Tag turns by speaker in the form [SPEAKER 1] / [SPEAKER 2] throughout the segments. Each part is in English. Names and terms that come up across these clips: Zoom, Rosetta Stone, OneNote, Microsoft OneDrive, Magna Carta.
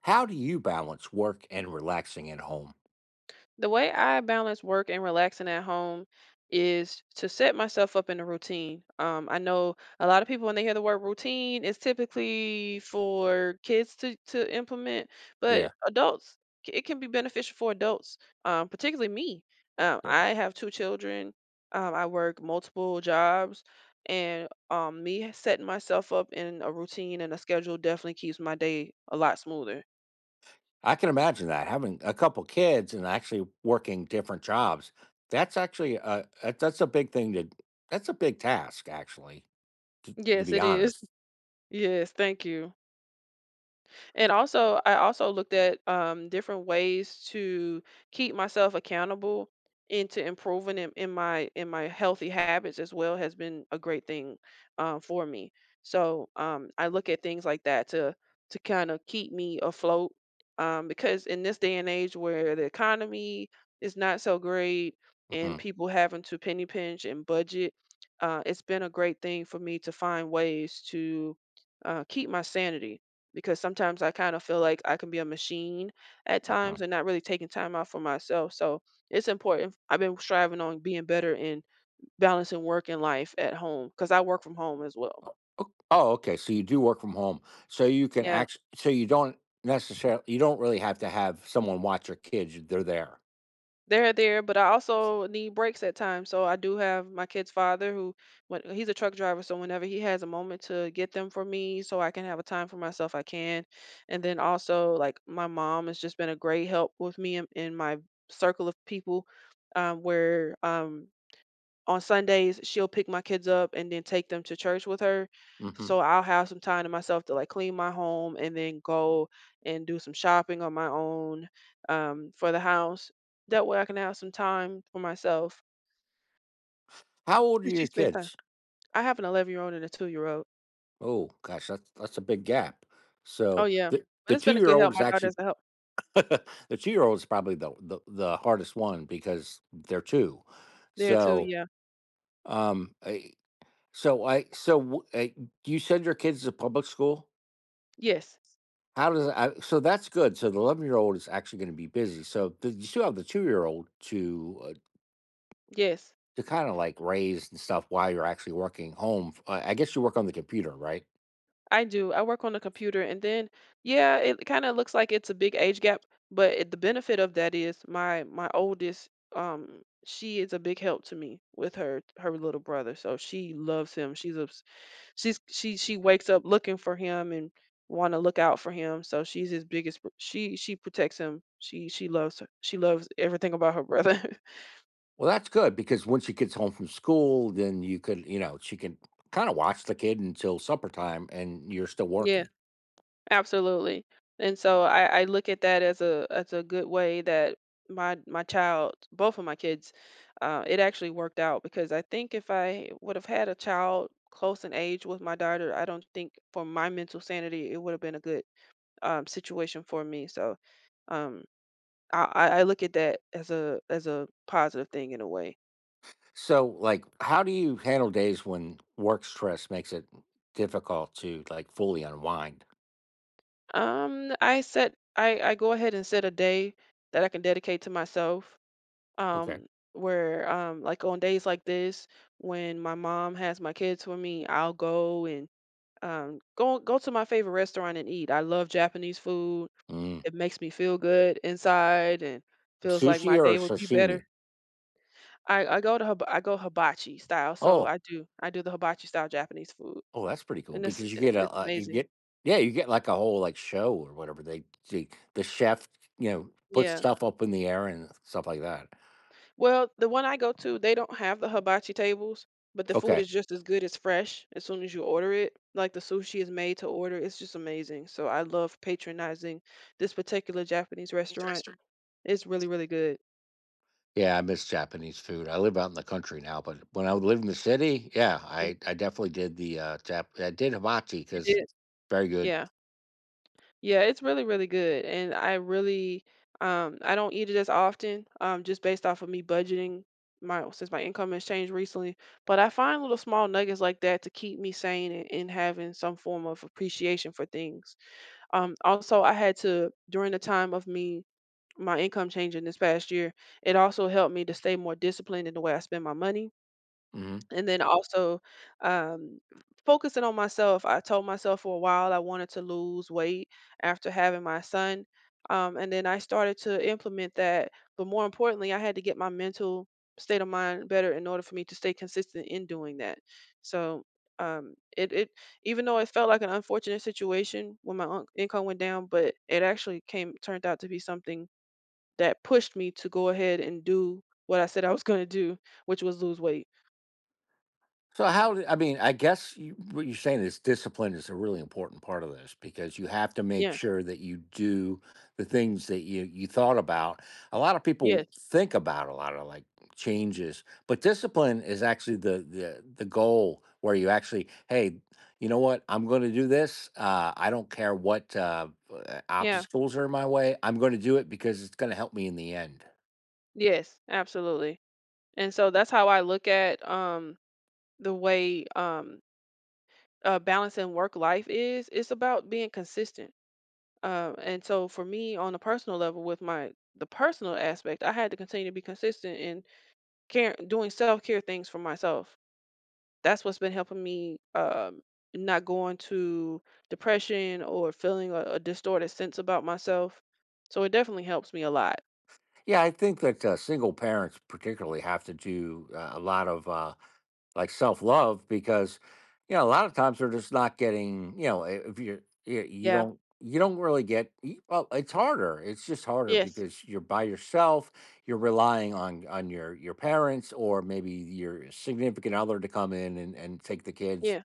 [SPEAKER 1] How do you balance work and relaxing at home?
[SPEAKER 2] The way I balance work and relaxing at home is to set myself up in a routine. I know a lot of people when they hear the word routine, it's typically for kids to implement, but
[SPEAKER 1] Yeah,
[SPEAKER 2] adults it can be beneficial for adults, particularly me.
[SPEAKER 1] yeah.
[SPEAKER 2] I have two children. I work multiple jobs, and me setting myself up in a routine and a schedule definitely keeps my day a lot smoother.
[SPEAKER 1] I can imagine that having a couple kids and actually working different jobs. That's a big thing to that's a big task actually, to
[SPEAKER 2] Yes,
[SPEAKER 1] be
[SPEAKER 2] it is.
[SPEAKER 1] honest.
[SPEAKER 2] Yes, thank you. And also, I also looked at different ways to keep myself accountable into improving in my healthy habits as well has been a great thing for me. So I look at things like that to kind of keep me afloat, because in this day and age where the economy is not so great and
[SPEAKER 1] Mhm,
[SPEAKER 2] people having to penny pinch and budget, it's been a great thing for me to find ways to keep my sanity, because sometimes I kind of feel like I can be a machine at times
[SPEAKER 1] mhm.
[SPEAKER 2] and not really taking time out for myself. So it's important. I've been striving on being better in balancing work and life at home because I work from home as well.
[SPEAKER 1] Oh, okay, so you do work from home. So you can
[SPEAKER 2] Yeah,
[SPEAKER 1] act so you don't Necessarily you don't really have to have someone watch your kids, they're there.
[SPEAKER 2] they're there, but I also need breaks at times. So I do have my kid's father who, when he's a truck driver, so whenever he has a moment to get them for me, so I can have a time for myself, I can. And then also, like my mom has just been a great help with me in my circle of people, where on Sundays, she'll pick my kids up and then take them to church with her. So
[SPEAKER 1] Mhm.
[SPEAKER 2] I'll have some time to myself to like clean my home and then go and do some shopping on my own, for the house. That way I can have some time for myself.
[SPEAKER 1] How old are
[SPEAKER 2] And she
[SPEAKER 1] your
[SPEAKER 2] spends time.
[SPEAKER 1] kids?
[SPEAKER 2] I have an 11-year-old year old and a 2-year-old old.
[SPEAKER 1] Oh, gosh, that's a big gap.
[SPEAKER 2] Oh,
[SPEAKER 1] So,
[SPEAKER 2] yeah.
[SPEAKER 1] the
[SPEAKER 2] But
[SPEAKER 1] the
[SPEAKER 2] it's been a good
[SPEAKER 1] 2-year-old
[SPEAKER 2] help.
[SPEAKER 1] is
[SPEAKER 2] My
[SPEAKER 1] actually
[SPEAKER 2] daughter's a help
[SPEAKER 1] the two-year-old is probably the hardest one because they're 2.
[SPEAKER 2] there too.
[SPEAKER 1] So,
[SPEAKER 2] Yeah.
[SPEAKER 1] I so I so w I- You send your kids to public school?
[SPEAKER 2] Yes.
[SPEAKER 1] How does I so That's good, so the 11-year-old is actually gonna be busy, so th you still have the two-year-old
[SPEAKER 2] Yes.
[SPEAKER 1] to kinda, like, raise and stuff while you're actually working home, I guess you work on the computer, right?
[SPEAKER 2] I do. I work on the computer, and then yeah, it kind of looks like it's a big age gap, but it, the benefit of that is my oldest, she is a big help to me with her little brother. So she loves him. She's a she wakes up looking for him and want to look out for him. So she's his biggest. She protects him. She loves her. She loves everything about her brother.
[SPEAKER 1] Well, that's good because once she gets home from school, then you could, you know, she can kinda watch the kid until supper time, and you're still
[SPEAKER 2] Yeah.
[SPEAKER 1] working.
[SPEAKER 2] Absolutely. And so I look at that as a good way that my child, both of my kids, it actually worked out because I think if I would have had a child close in age with my daughter, I don't think for my mental sanity it would have been a good, situation for me. So um, I look at that as a positive thing in a way.
[SPEAKER 1] So, like, how do you handle days when work stress makes it difficult to, like, fully unwind?
[SPEAKER 2] I go ahead and set a day that I can dedicate to myself,
[SPEAKER 1] Okay.
[SPEAKER 2] um where like on days like this when my mom has my kids with me, I'll go and go to my favorite restaurant and eat. I love Japanese food.
[SPEAKER 1] Mm.
[SPEAKER 2] It makes me feel good inside and feels like my
[SPEAKER 1] Sushi or
[SPEAKER 2] day would be better.
[SPEAKER 1] sashimi?
[SPEAKER 2] I go hibachi style, so
[SPEAKER 1] Oh,
[SPEAKER 2] I do the hibachi style Japanese food,
[SPEAKER 1] oh, that's pretty cool
[SPEAKER 2] and it's
[SPEAKER 1] because you get a
[SPEAKER 2] it's
[SPEAKER 1] you
[SPEAKER 2] amazing.
[SPEAKER 1] get yeah, you get like a whole like show or whatever they the, the chef, you know, puts
[SPEAKER 2] Yeah.
[SPEAKER 1] stuff up in the air and stuff like that.
[SPEAKER 2] Well, the one I go to, they don't have the hibachi tables, but the food
[SPEAKER 1] Okay,
[SPEAKER 2] is just as good, as fresh as soon as you order it. Like the sushi is made to order. It's just amazing. So I love patronizing this particular Japanese restaurant. It's really, really good.
[SPEAKER 1] yeah, I miss Japanese food. I live out in the country now, but when I lived in the city, yeah,
[SPEAKER 2] Mhm.
[SPEAKER 1] I definitely did the Jap I did hibachi
[SPEAKER 2] You
[SPEAKER 1] because
[SPEAKER 2] did?
[SPEAKER 1] very good.
[SPEAKER 2] Yeah. Yeah, it's really, really good. And I really, I don't eat it as often, just based off of me budgeting my, since my income has changed recently. But I find little small nuggets like that to keep me sane and having some form of appreciation for things. Also, I had to, during the time of me my income changing this past year, it also helped me to stay more disciplined in the way I spend my money,
[SPEAKER 1] Mhm.
[SPEAKER 2] and then also, um, focusing on myself. I told myself for a while I wanted to lose weight after having my son. And then I started to implement that. But more importantly, I had to get my mental state of mind better in order for me to stay consistent in doing that. So it, it even though it felt like an unfortunate situation when my income went down, but it actually came turned out to be something that pushed me to go ahead and do what I said I was going to do, which was lose weight.
[SPEAKER 1] I mean, I guess what you're saying is discipline is a really important part of this because you have to make
[SPEAKER 2] Yeah.
[SPEAKER 1] sure that you do the things that you thought about. A lot of
[SPEAKER 2] Yes.
[SPEAKER 1] people think about a lot of like changes, but discipline is actually the goal where you actually, hey, you know what? I'm going to do this. I don't care what
[SPEAKER 2] Yeah.
[SPEAKER 1] obstacles are in my way. I'm going to do it because it's going to help me in the end.
[SPEAKER 2] Yes, absolutely. And so that's how I look at the way balancing work life is. It's about being consistent. And so for me on a personal level with my the personal aspect, I had to continue to be consistent in care doing self-care things for myself. That's what's been helping me not going to depression or feeling a distorted sense about myself. So it definitely helps me a lot.
[SPEAKER 1] Yeah, I think that single parents particularly have to do a lot of. Like self love because, you know, a lot of times they're just not getting, you know, if you
[SPEAKER 2] Yeah.
[SPEAKER 1] don't really get well, it's harder, it's just harder
[SPEAKER 2] Yes.
[SPEAKER 1] because you're by yourself, you're relying on your parents or maybe your significant other to come in and take the kids
[SPEAKER 2] Yeah.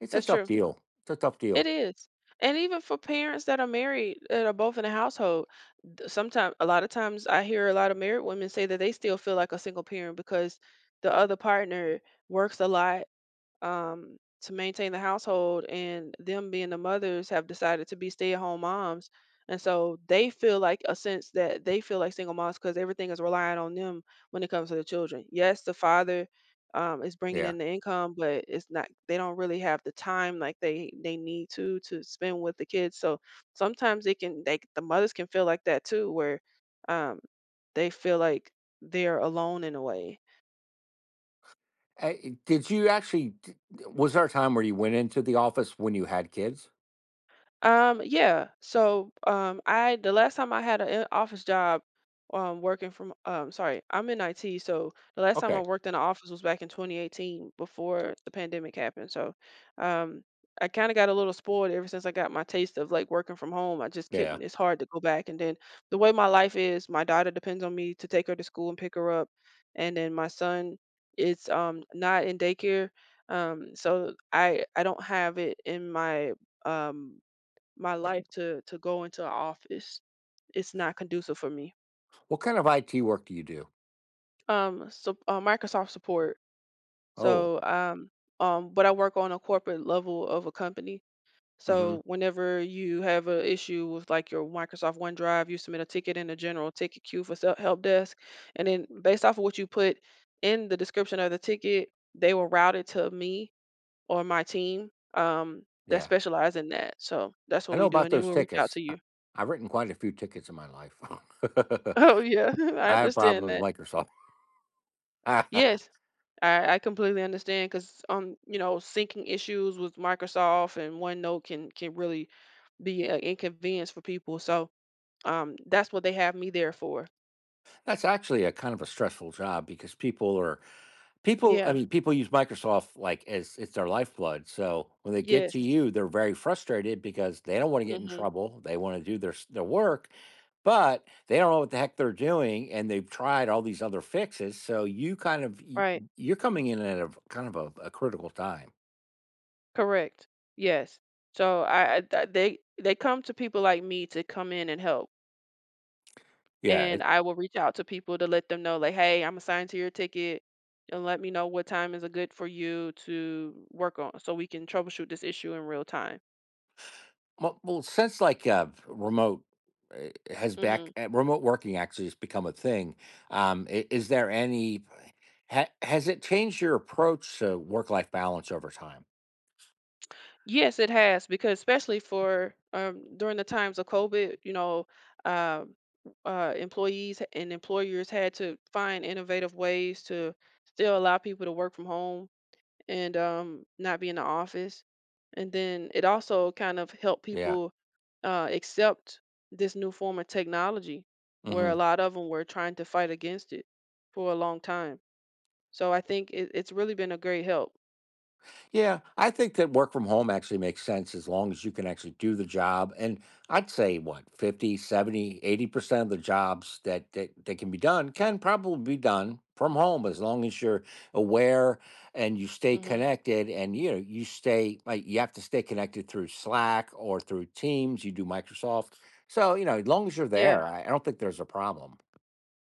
[SPEAKER 1] it's a
[SPEAKER 2] That's
[SPEAKER 1] tough
[SPEAKER 2] true.
[SPEAKER 1] deal it's a tough
[SPEAKER 2] It
[SPEAKER 1] deal
[SPEAKER 2] is. And even for parents that are married, that are both in a household, sometimes, a lot of times, I hear a lot of married women say that they still feel like a single parent because the other partner works a lot, to maintain the household, and them being the mothers have decided to be stay-at-home moms, and so they feel like a sense that they feel like single moms because everything is relying on them when it comes to the children. Yes, the father, is bringing
[SPEAKER 1] Yeah.
[SPEAKER 2] in the income, but it's not. They don't really have the time like they need to spend with the kids. So sometimes it can the mothers can feel like that too, where um, they feel like they're alone in a way.
[SPEAKER 1] Did you actually was there a time where you went into the office when you had kids?
[SPEAKER 2] Yeah. So, I the last time I had an office job, working from sorry, I'm in IT. So the last time I
[SPEAKER 1] Okay.
[SPEAKER 2] worked in an office was back in 2018 before the pandemic happened. So, um, I kind of got a little spoiled ever since I got my taste of like working from home. I just
[SPEAKER 1] Yeah.
[SPEAKER 2] couldn't. It's hard to go back. And then the way my life is, my daughter depends on me to take her to school and pick her up, and then my son is not in daycare. So I don't have it in my um my life to go into a office. It's not conducive for me.
[SPEAKER 1] What kind of IT work do you do?
[SPEAKER 2] Microsoft support.
[SPEAKER 1] Oh.
[SPEAKER 2] So um, but I work on a corporate level of a company.
[SPEAKER 1] Hmm.
[SPEAKER 2] So whenever you have an issue with like your Microsoft OneDrive, you submit a ticket in the general ticket queue for help desk, and then based off of what you put in the description of the ticket, they will route it to me or my team, that
[SPEAKER 1] Yeah,
[SPEAKER 2] specialize in that. So that's
[SPEAKER 1] I
[SPEAKER 2] what
[SPEAKER 1] know
[SPEAKER 2] we do,
[SPEAKER 1] about
[SPEAKER 2] and then
[SPEAKER 1] those
[SPEAKER 2] we'll reach out
[SPEAKER 1] tickets.
[SPEAKER 2] to you.
[SPEAKER 1] I've written quite a few tickets in my life.
[SPEAKER 2] Oh yeah, I
[SPEAKER 1] I have
[SPEAKER 2] understand
[SPEAKER 1] problems with
[SPEAKER 2] that.
[SPEAKER 1] Microsoft.
[SPEAKER 2] Yes, I completely understand because, you know, syncing issues with Microsoft and OneNote can really be an inconvenience for people. So that's what they have me there for.
[SPEAKER 1] That's actually a kind of a stressful job because people are people. I
[SPEAKER 2] Yeah.
[SPEAKER 1] mean, people use Microsoft like as it's their lifeblood. So when they get to
[SPEAKER 2] Yes.
[SPEAKER 1] you, they're very frustrated because they don't want to get in
[SPEAKER 2] Mm-hmm.
[SPEAKER 1] trouble. They want to do their work, but they don't know what the heck they're doing, and they've tried all these other fixes. So you kind of
[SPEAKER 2] Right.
[SPEAKER 1] you're coming in at a kind of a critical time.
[SPEAKER 2] Correct. Yes. So they come to people like me to come in and help,
[SPEAKER 1] Yeah.
[SPEAKER 2] and I will reach out to people to let them know like, hey, I'm assigned to your ticket, and let me know what time is a good for you to work on, so we can troubleshoot this issue in real time.
[SPEAKER 1] Well, well, since like, remote has
[SPEAKER 2] Mm-hmm.
[SPEAKER 1] back remote working actually has become a thing, is there any has it changed your approach to work life balance over time?
[SPEAKER 2] Yes, it has because especially for, during the times of COVID, you know, um, employees and employers had to find innovative ways to still allow people to work from home and, not be in the office. And then it also kind of helped
[SPEAKER 1] Yeah.
[SPEAKER 2] people accept this new form of technology, where a
[SPEAKER 1] Hmm.
[SPEAKER 2] lot of them were trying to fight against it for a long time. So I think it's really been a great help.
[SPEAKER 1] Yeah, I think that work from home actually makes sense as long as you can actually do the job. And I'd say what, 50, 70, 80% of the jobs that, that can be done can probably be done from home as long as you're aware and you stay
[SPEAKER 2] Hmm.
[SPEAKER 1] connected and, you know, you stay like, you have to stay connected through Slack or through Teams, you do Microsoft. So, you know, as long as you're
[SPEAKER 2] Yeah.
[SPEAKER 1] there, I don't think there's a problem.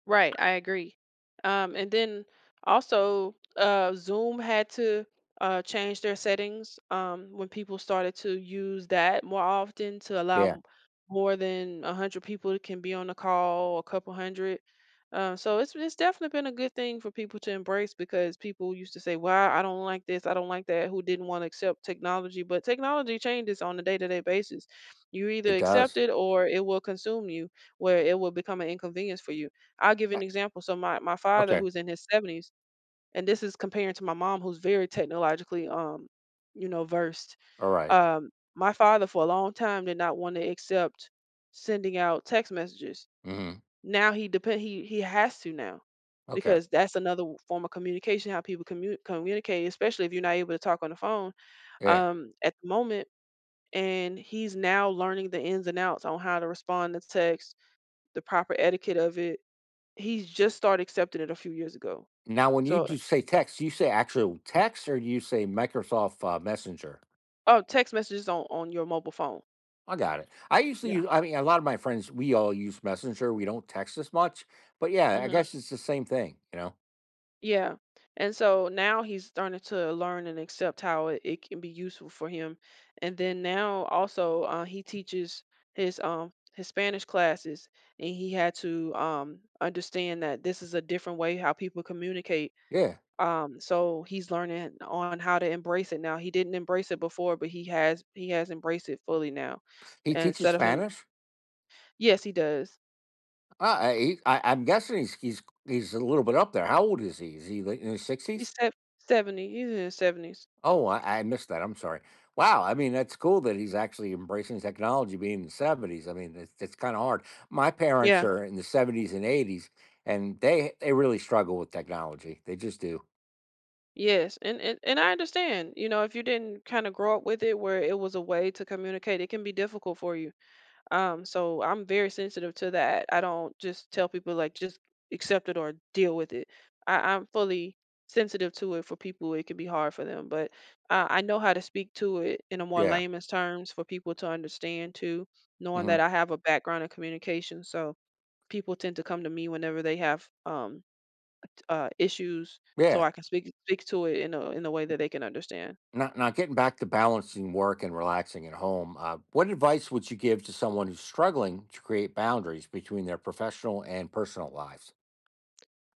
[SPEAKER 2] Right, I agree. And then also, Zoom had to, change their settings, when people started to use that more often to allow
[SPEAKER 1] Yeah,
[SPEAKER 2] more than 100 people can be on the call, a couple hundred. So it's definitely been a good thing for people to embrace because people used to say, "Well, I don't like this, I don't like that," who didn't want to accept technology. But technology changes on a day-to-day basis. You either
[SPEAKER 1] it
[SPEAKER 2] accept
[SPEAKER 1] does.
[SPEAKER 2] it or it will consume you, where it will become an inconvenience for you. I'll give you
[SPEAKER 1] Uh.
[SPEAKER 2] an example. So my father
[SPEAKER 1] Okay.
[SPEAKER 2] who's in his 70s, and this is comparing to my mom who's very technologically, versed.
[SPEAKER 1] All right.
[SPEAKER 2] My father for a long time did not want to accept sending out text messages.
[SPEAKER 1] Mm-hmm.
[SPEAKER 2] Now he depend he has to now
[SPEAKER 1] Okay.
[SPEAKER 2] because that's another form of communication, how people communicate, especially if you're not able to talk on the phone
[SPEAKER 1] Yeah.
[SPEAKER 2] at the moment. And he's now learning the ins and outs on how to respond to text, the proper etiquette of it. He's just started accepting it a few years ago.
[SPEAKER 1] Now, when you
[SPEAKER 2] So
[SPEAKER 1] do say text, you say actual text, or do you say Microsoft Messenger?
[SPEAKER 2] oh, text messages on your mobile phone.
[SPEAKER 1] I got it. I usually
[SPEAKER 2] Yeah.
[SPEAKER 1] use, I mean, a lot of my friends, we all use Messenger. We don't text as much, but yeah, I
[SPEAKER 2] Mhm.
[SPEAKER 1] guess it's the same thing, you know?
[SPEAKER 2] Yeah. And so now he's starting to learn and accept how it can be useful for him. And then now also he teaches his Spanish classes, and he had to understand that this is a different way how people communicate.
[SPEAKER 1] Yeah.
[SPEAKER 2] So he's learning on how to embrace it now. He didn't embrace it before, but he has embraced it fully now.
[SPEAKER 1] He
[SPEAKER 2] And
[SPEAKER 1] teaches
[SPEAKER 2] instead of him.
[SPEAKER 1] Spanish.
[SPEAKER 2] Yes, he does.
[SPEAKER 1] I'm guessing he's a little bit up there. How old is he? Is he like, in his
[SPEAKER 2] He's
[SPEAKER 1] 60s?
[SPEAKER 2] sev 70, he's in his 70s.
[SPEAKER 1] Oh, I missed that. I'm sorry. Wow. I mean, that's cool that he's actually embracing technology being in the 70s. I mean, it's kind of hard. My parents
[SPEAKER 2] Yeah.
[SPEAKER 1] are in the 70s and 80s, and they really struggle with technology. They just do.
[SPEAKER 2] Yes, and I understand, you know, if you didn't kinda grow up with it where it was a way to communicate, it can be difficult for you. So I'm very sensitive to that. I don't just tell people, like, "Just accept it or deal with it." I'm fully sensitive to it for people, it can be hard for them, but I know how to speak to it in a more
[SPEAKER 1] Yeah.
[SPEAKER 2] layman's terms for people to understand too, knowing that
[SPEAKER 1] Hmm.
[SPEAKER 2] I have a background in communication, so people tend to come to me whenever they have issues, so I
[SPEAKER 1] Yeah.
[SPEAKER 2] can speak to it in a way that they can understand.
[SPEAKER 1] Not getting back to balancing work and relaxing at home. What advice would you give to someone who's struggling to create boundaries between their professional and personal lives?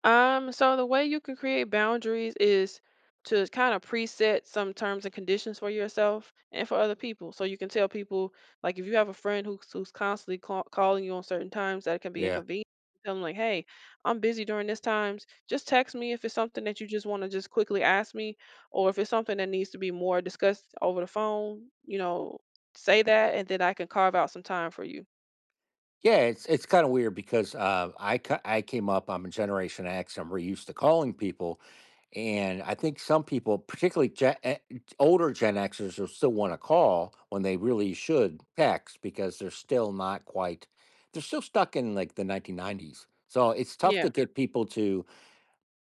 [SPEAKER 2] So the way you can create boundaries is to kind of preset some terms and conditions for yourself and for other people. So you can tell people, like, if you have a friend who's constantly calling you on certain times that it can be
[SPEAKER 1] Yeah.
[SPEAKER 2] inconvenient, tell them like, "Hey, I'm busy during this times. Just text me if it's something that you just want to just quickly ask me, or if it's something that needs to be more discussed over the phone. You know, say that, and then I can carve out some time for you."
[SPEAKER 1] Yeah, it's kind of weird because I came up. I'm a Generation X. I'm really used to calling people, and I think some people, particularly older Gen Xers, will still want to call when they really should text because they're still not quite. They're still stuck in like the 1990s. So it's tough to
[SPEAKER 2] Yeah.
[SPEAKER 1] get people to.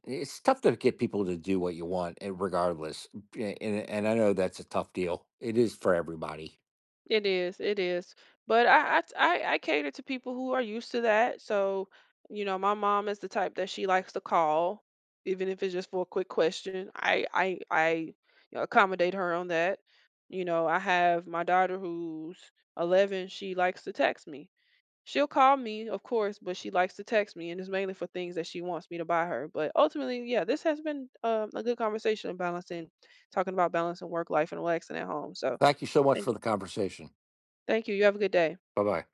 [SPEAKER 1] It's tough to get people to do what you want, eh, regardless. And I know that's a tough deal. It is for everybody.
[SPEAKER 2] It is, it is. But I t- I cater to people who are used to that. So, you know, my mom is the type that she likes to call, even if it's just for a quick question. I you know, accommodate her on that. You know, I have my daughter who's 11, she likes to text me. She'll call me, of course, but she likes to text me, and it's mainly for things that she wants me to buy her. But ultimately, yeah, this has been a good conversation on balancing, talking about balancing work life and relaxing at home. So,
[SPEAKER 1] Thank you so much
[SPEAKER 2] thank
[SPEAKER 1] for
[SPEAKER 2] you.
[SPEAKER 1] the conversation.
[SPEAKER 2] Thank you. You have a good day.
[SPEAKER 1] Bye bye.